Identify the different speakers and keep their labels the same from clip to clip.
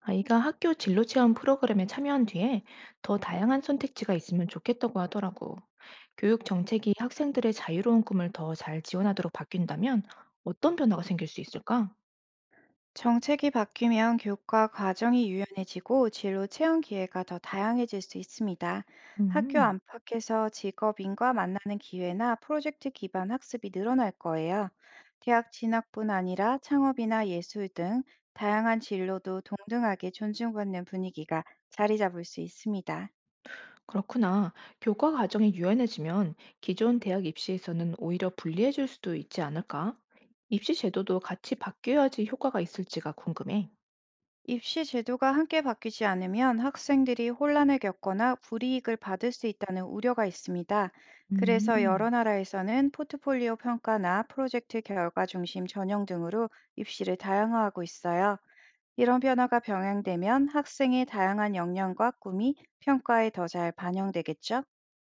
Speaker 1: 아이가 학교 진로 체험 프로그램에 참여한 뒤에 더 다양한 선택지가 있으면 좋겠다고 하더라고. 교육 정책이 학생들의 자유로운 꿈을 더 잘 지원하도록 바뀐다면 어떤 변화가 생길 수 있을까?
Speaker 2: 정책이 바뀌면 교과 과정이 유연해지고 진로 체험 기회가 더 다양해질 수 있습니다. 학교
Speaker 1: 음,
Speaker 2: 안팎에서 직업인과 만나는 기회나 프로젝트 기반 학습이 늘어날 거예요. 대학 진학뿐 아니라 창업이나 예술 등 다양한 진로도 동등하게 존중받는 분위기가 자리 잡을 수 있습니다.
Speaker 1: 그렇구나. 교과 과정이 유연해지면 기존 대학 입시에서는 오히려 불리해질 수도 있지 않을까? 입시 제도도 같이 바뀌어야지 효과가 있을지가 궁금해.
Speaker 2: 입시 제도가 함께 바뀌지 않으면 학생들이 혼란을 겪거나 불이익을 받을 수 있다는 우려가 있습니다. 그래서
Speaker 1: 음.
Speaker 2: 여러 나라에서는 포트폴리오 평가나 프로젝트 결과 중심 전형 등으로 입시를 다양화하고 있어요. 이런 변화가 병행되면 학생의 다양한 역량과 꿈이 평가에 더 잘 반영되겠죠?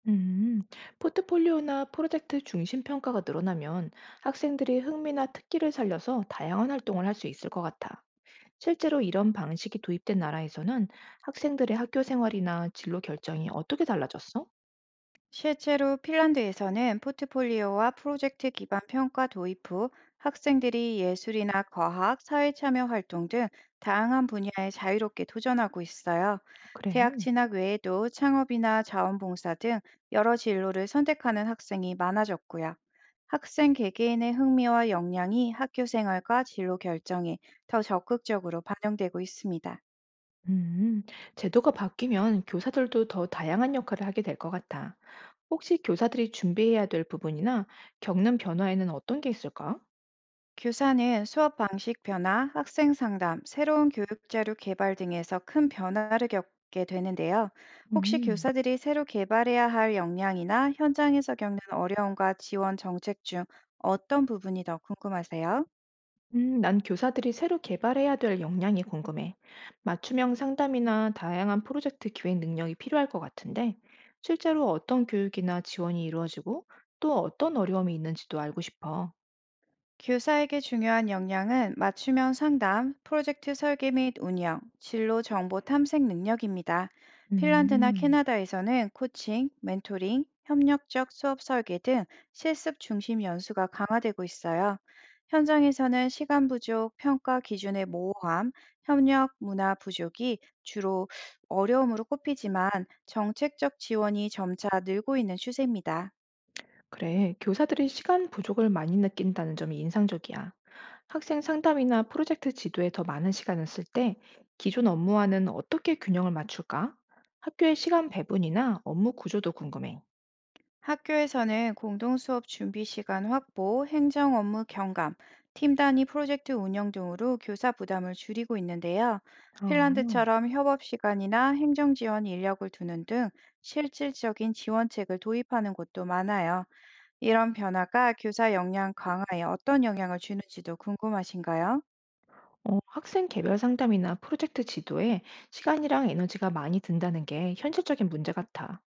Speaker 1: 음, 포트폴리오나 프로젝트 중심 평가가 늘어나면 학생들이 흥미나 특기를 살려서 다양한 활동을 할 수 있을 것 같아. 실제로 이런 방식이 도입된 나라에서는 학생들의 학교 생활이나 진로 결정이 어떻게 달라졌어?
Speaker 2: 실제로 핀란드에서는 포트폴리오와 프로젝트 기반 평가 도입 후 학생들이 예술이나 과학, 사회 참여 활동 등 다양한 분야에 자유롭게 도전하고 있어요. 대학
Speaker 1: 그래.
Speaker 2: 진학 외에도 창업이나 자원봉사 등 여러 진로를 선택하는 학생이 많아졌고요. 학생 개개인의 흥미와 역량이 학교 생활과 진로 결정에 더 적극적으로 반영되고 있습니다.
Speaker 1: 음, 제도가 바뀌면 교사들도 더 다양한 역할을 하게 될 것 같아. 혹시 교사들이 준비해야 될 부분이나 겪는 변화에는 어떤 게 있을까?
Speaker 2: 교사는 수업 방식 변화, 학생 상담, 새로운 교육 자료 개발 등에서 큰 변화를 겪게 되는데요. 혹시
Speaker 1: 음.
Speaker 2: 교사들이 새로 개발해야 할 역량이나 현장에서 겪는 어려움과 지원 정책 중 어떤 부분이 더 궁금하세요?
Speaker 1: 난 교사들이 새로 개발해야 될 역량이 궁금해. 맞춤형 상담이나 다양한 프로젝트 기획 능력이 필요할 것 같은데, 실제로 어떤 교육이나 지원이 이루어지고 또 어떤 어려움이 있는지도 알고 싶어.
Speaker 2: 교사에게 중요한 역량은 맞춤형 상담, 프로젝트 설계 및 운영, 진로 정보 탐색 능력입니다. 핀란드나
Speaker 1: 음,
Speaker 2: 캐나다에서는 코칭, 멘토링, 협력적 수업 설계 등 실습 중심 연수가 강화되고 있어요. 현장에서는 시간 부족, 평가 기준의 모호함, 협력 문화 부족이 주로 어려움으로 꼽히지만 정책적 지원이 점차 늘고 있는 추세입니다.
Speaker 1: 그래. 교사들이 시간 부족을 많이 느낀다는 점이 인상적이야. 학생 상담이나 프로젝트 지도에 더 많은 시간을 쓸 때 기존 업무와는 어떻게 균형을 맞출까? 학교의 시간 배분이나 업무 구조도 궁금해.
Speaker 2: 학교에서는 공동수업 준비 시간 확보, 행정 업무 경감, 팀 단위 프로젝트 운영 등으로 교사 부담을 줄이고 있는데요.
Speaker 1: 어.
Speaker 2: 핀란드처럼 협업 시간이나 행정 지원 인력을 두는 등 실질적인 지원책을 도입하는 곳도 많아요. 이런 변화가 교사 역량 강화에 어떤 영향을 주는지도 궁금하신가요?
Speaker 1: 어, 학생 개별 상담이나 프로젝트 지도에 시간이랑 에너지가 많이 든다는 게 현실적인 문제 같아.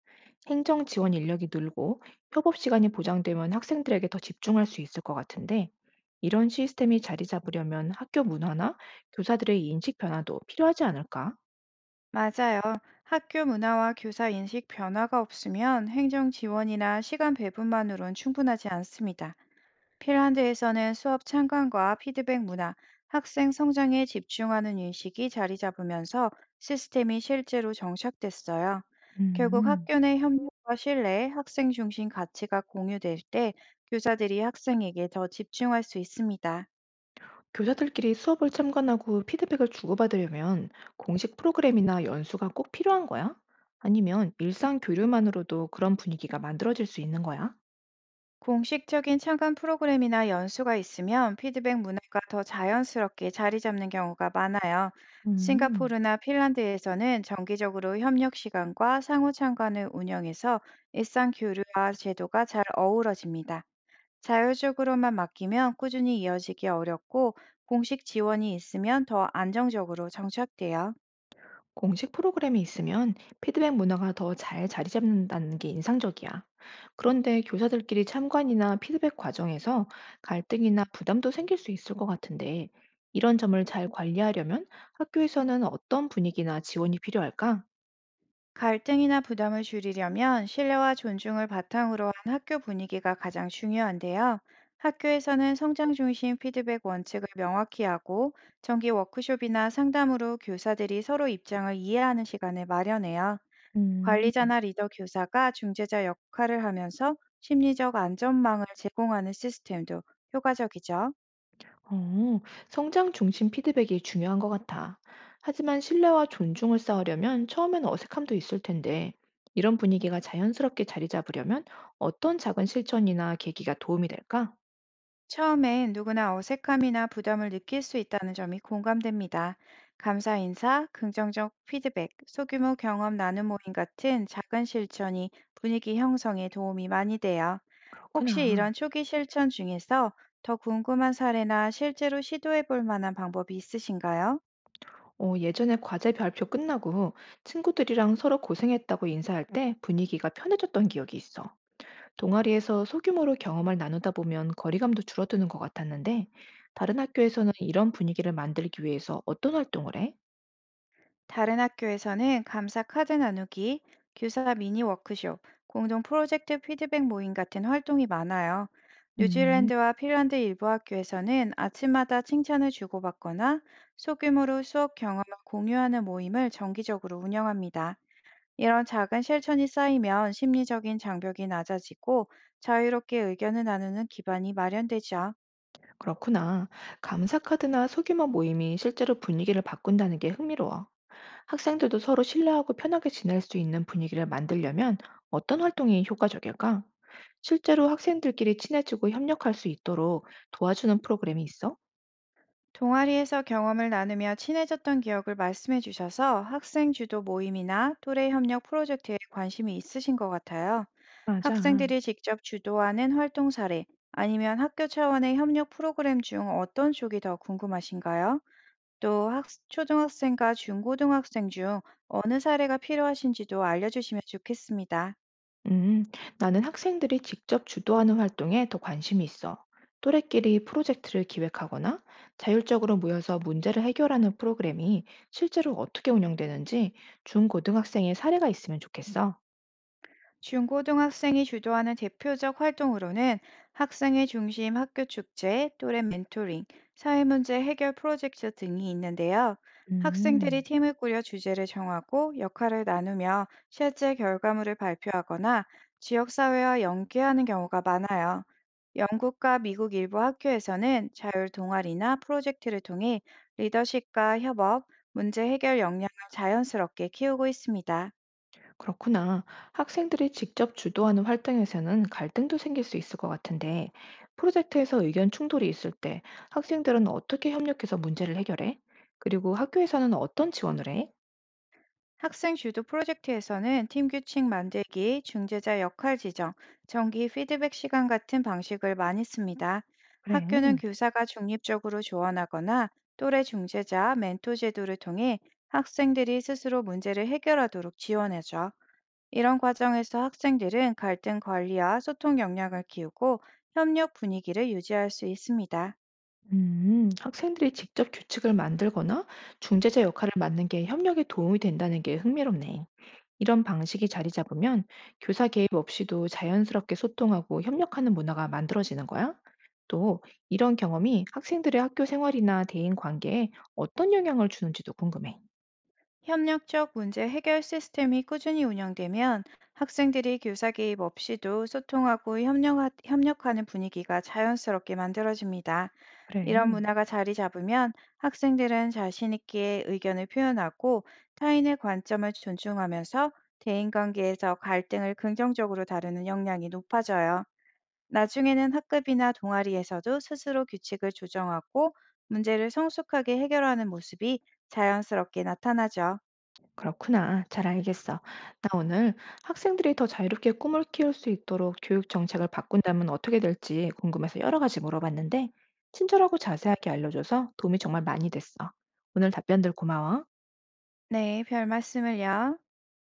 Speaker 1: 행정 지원 인력이 늘고 협업 시간이 보장되면 학생들에게 더 집중할 수 있을 것 같은데, 이런 시스템이 자리 잡으려면 학교 문화나 교사들의 인식 변화도 필요하지 않을까?
Speaker 2: 맞아요. 학교 문화와 교사 인식 변화가 없으면 행정 지원이나 시간 배분만으론 충분하지 않습니다. 핀란드에서는 수업 참관과 피드백 문화, 학생 성장에 집중하는 인식이 자리 잡으면서 시스템이 실제로 정착됐어요. 결국
Speaker 1: 음,
Speaker 2: 학교 내 협력과 신뢰, 학생 중심 가치가 공유될 때 교사들이 학생에게 더 집중할 수 있습니다.
Speaker 1: 교사들끼리 수업을 참관하고 피드백을 주고받으려면 공식 프로그램이나 연수가 꼭 필요한 거야? 아니면 일상 교류만으로도 그런 분위기가 만들어질 수 있는 거야?
Speaker 2: 공식적인 참관 프로그램이나 연수가 있으면 피드백 문화가 더 자연스럽게 자리 잡는 경우가 많아요.
Speaker 1: 음.
Speaker 2: 싱가포르나 핀란드에서는 정기적으로 협력 시간과 상호 참관을 운영해서 일상 교류와 제도가 잘 어우러집니다. 자율적으로만 맡기면 꾸준히 이어지기 어렵고 공식 지원이 있으면 더 안정적으로 정착돼요.
Speaker 1: 공식 프로그램이 있으면 피드백 문화가 더 잘 자리 잡는다는 게 인상적이야. 그런데 교사들끼리 참관이나 피드백 과정에서 갈등이나 부담도 생길 수 있을 것 같은데, 이런 점을 잘 관리하려면 학교에서는 어떤 분위기나 지원이 필요할까?
Speaker 2: 갈등이나 부담을 줄이려면 신뢰와 존중을 바탕으로 한 학교 분위기가 가장 중요한데요. 학교에서는 성장 중심 피드백 원칙을 명확히 하고 정기 워크숍이나 상담으로 교사들이 서로 입장을 이해하는 시간을 마련해요.
Speaker 1: 음,
Speaker 2: 관리자나 리더 교사가 중재자 역할을 하면서 심리적 안전망을 제공하는 시스템도 효과적이죠.
Speaker 1: 어, 성장 중심 피드백이 중요한 것 같아. 하지만 신뢰와 존중을 쌓으려면 처음엔 어색함도 있을 텐데, 이런 분위기가 자연스럽게 자리 잡으려면 어떤 작은 실천이나 계기가 도움이 될까?
Speaker 2: 처음엔 누구나 어색함이나 부담을 느낄 수 있다는 점이 공감됩니다. 감사 인사, 긍정적 피드백, 소규모 경험 나눔 모임 같은 작은 실천이 분위기 형성에 도움이 많이 돼요. 혹시
Speaker 1: 그렇구나.
Speaker 2: 이런 초기 실천 중에서 더 궁금한 사례나 실제로 시도해 볼 만한 방법이 있으신가요?
Speaker 1: 어, 예전에 과제 발표 끝나고 친구들이랑 서로 고생했다고 인사할 때 분위기가 편해졌던 기억이 있어. 동아리에서 소규모로 경험을 나누다 보면 거리감도 줄어드는 것 같았는데, 다른 학교에서는 이런 분위기를 만들기 위해서 어떤 활동을 해?
Speaker 2: 다른 학교에서는 감사 카드 나누기, 교사 미니 워크숍, 공동 프로젝트 피드백 모임 같은 활동이 많아요.
Speaker 1: 음,
Speaker 2: 뉴질랜드와 핀란드 일부 학교에서는 아침마다 칭찬을 주고받거나 소규모로 수업 경험을 공유하는 모임을 정기적으로 운영합니다. 이런 작은 실천이 쌓이면 심리적인 장벽이 낮아지고 자유롭게 의견을 나누는 기반이 마련되죠.
Speaker 1: 그렇구나. 감사카드나 소규모 모임이 실제로 분위기를 바꾼다는 게 흥미로워. 학생들도 서로 신뢰하고 편하게 지낼 수 있는 분위기를 만들려면 어떤 활동이 효과적일까? 실제로 학생들끼리 친해지고 협력할 수 있도록 도와주는 프로그램이 있어?
Speaker 2: 동아리에서 경험을 나누며 친해졌던 기억을 말씀해 주셔서 학생 주도 모임이나 또래 협력 프로젝트에 관심이 있으신 것 같아요.
Speaker 1: 맞아.
Speaker 2: 학생들이 직접 주도하는 활동 사례 아니면 학교 차원의 협력 프로그램 중 어떤 쪽이 더 궁금하신가요? 또 초등학생과 중고등학생 중 어느 사례가 필요하신지도 알려주시면 좋겠습니다.
Speaker 1: 음, 나는 학생들이 직접 주도하는 활동에 더 관심이 있어. 또래끼리 프로젝트를 기획하거나 자율적으로 모여서 문제를 해결하는 프로그램이 실제로 어떻게 운영되는지 중고등학생의 사례가 있으면 좋겠어.
Speaker 2: 중고등학생이 주도하는 대표적 활동으로는 학생의 중심 학교 축제, 또래 멘토링, 사회 문제 해결 프로젝트 등이 있는데요. 학생들이
Speaker 1: 음.
Speaker 2: 팀을 꾸려 주제를 정하고 역할을 나누며 실제 결과물을 발표하거나 지역사회와 연계하는 경우가 많아요. 영국과 미국 일부 학교에서는 자율 동아리나 프로젝트를 통해 리더십과 협업, 문제 해결 역량을 자연스럽게 키우고 있습니다.
Speaker 1: 그렇구나. 학생들이 직접 주도하는 활동에서는 갈등도 생길 수 있을 것 같은데, 프로젝트에서 의견 충돌이 있을 때 학생들은 어떻게 협력해서 문제를 해결해? 그리고 학교에서는 어떤 지원을 해?
Speaker 2: 학생 주도 프로젝트에서는 팀 규칙 만들기, 중재자 역할 지정, 정기 피드백 시간 같은 방식을 많이 씁니다.
Speaker 1: 그래.
Speaker 2: 학교는 교사가 중립적으로 조언하거나 또래 중재자, 멘토 제도를 통해 학생들이 스스로 문제를 해결하도록 지원하죠. 이런 과정에서 학생들은 갈등 관리와 소통 역량을 키우고 협력 분위기를 유지할 수 있습니다.
Speaker 1: 학생들이 직접 규칙을 만들거나 중재자 역할을 맡는 게 협력에 도움이 된다는 게 흥미롭네. 이런 방식이 자리 잡으면 교사 개입 없이도 자연스럽게 소통하고 협력하는 문화가 만들어지는 거야. 또 이런 경험이 학생들의 학교 생활이나 대인 관계에 어떤 영향을 주는지도 궁금해.
Speaker 2: 협력적 문제 해결 시스템이 꾸준히 운영되면 학생들이 교사 개입 없이도 소통하고 협력하는 분위기가 자연스럽게 만들어집니다.
Speaker 1: 그래.
Speaker 2: 이런 문화가 자리 잡으면 학생들은 자신 있게 의견을 표현하고 타인의 관점을 존중하면서 대인관계에서 갈등을 긍정적으로 다루는 역량이 높아져요. 나중에는 학급이나 동아리에서도 스스로 규칙을 조정하고 문제를 성숙하게 해결하는 모습이 자연스럽게 나타나죠.
Speaker 1: 그렇구나. 잘 알겠어. 나 오늘 학생들이 더 자유롭게 꿈을 키울 수 있도록 교육 정책을 바꾼다면 어떻게 될지 궁금해서 여러 가지 물어봤는데, 친절하고 자세하게 알려줘서 도움이 정말 많이 됐어. 오늘 답변들 고마워.
Speaker 2: 네, 별 말씀을요.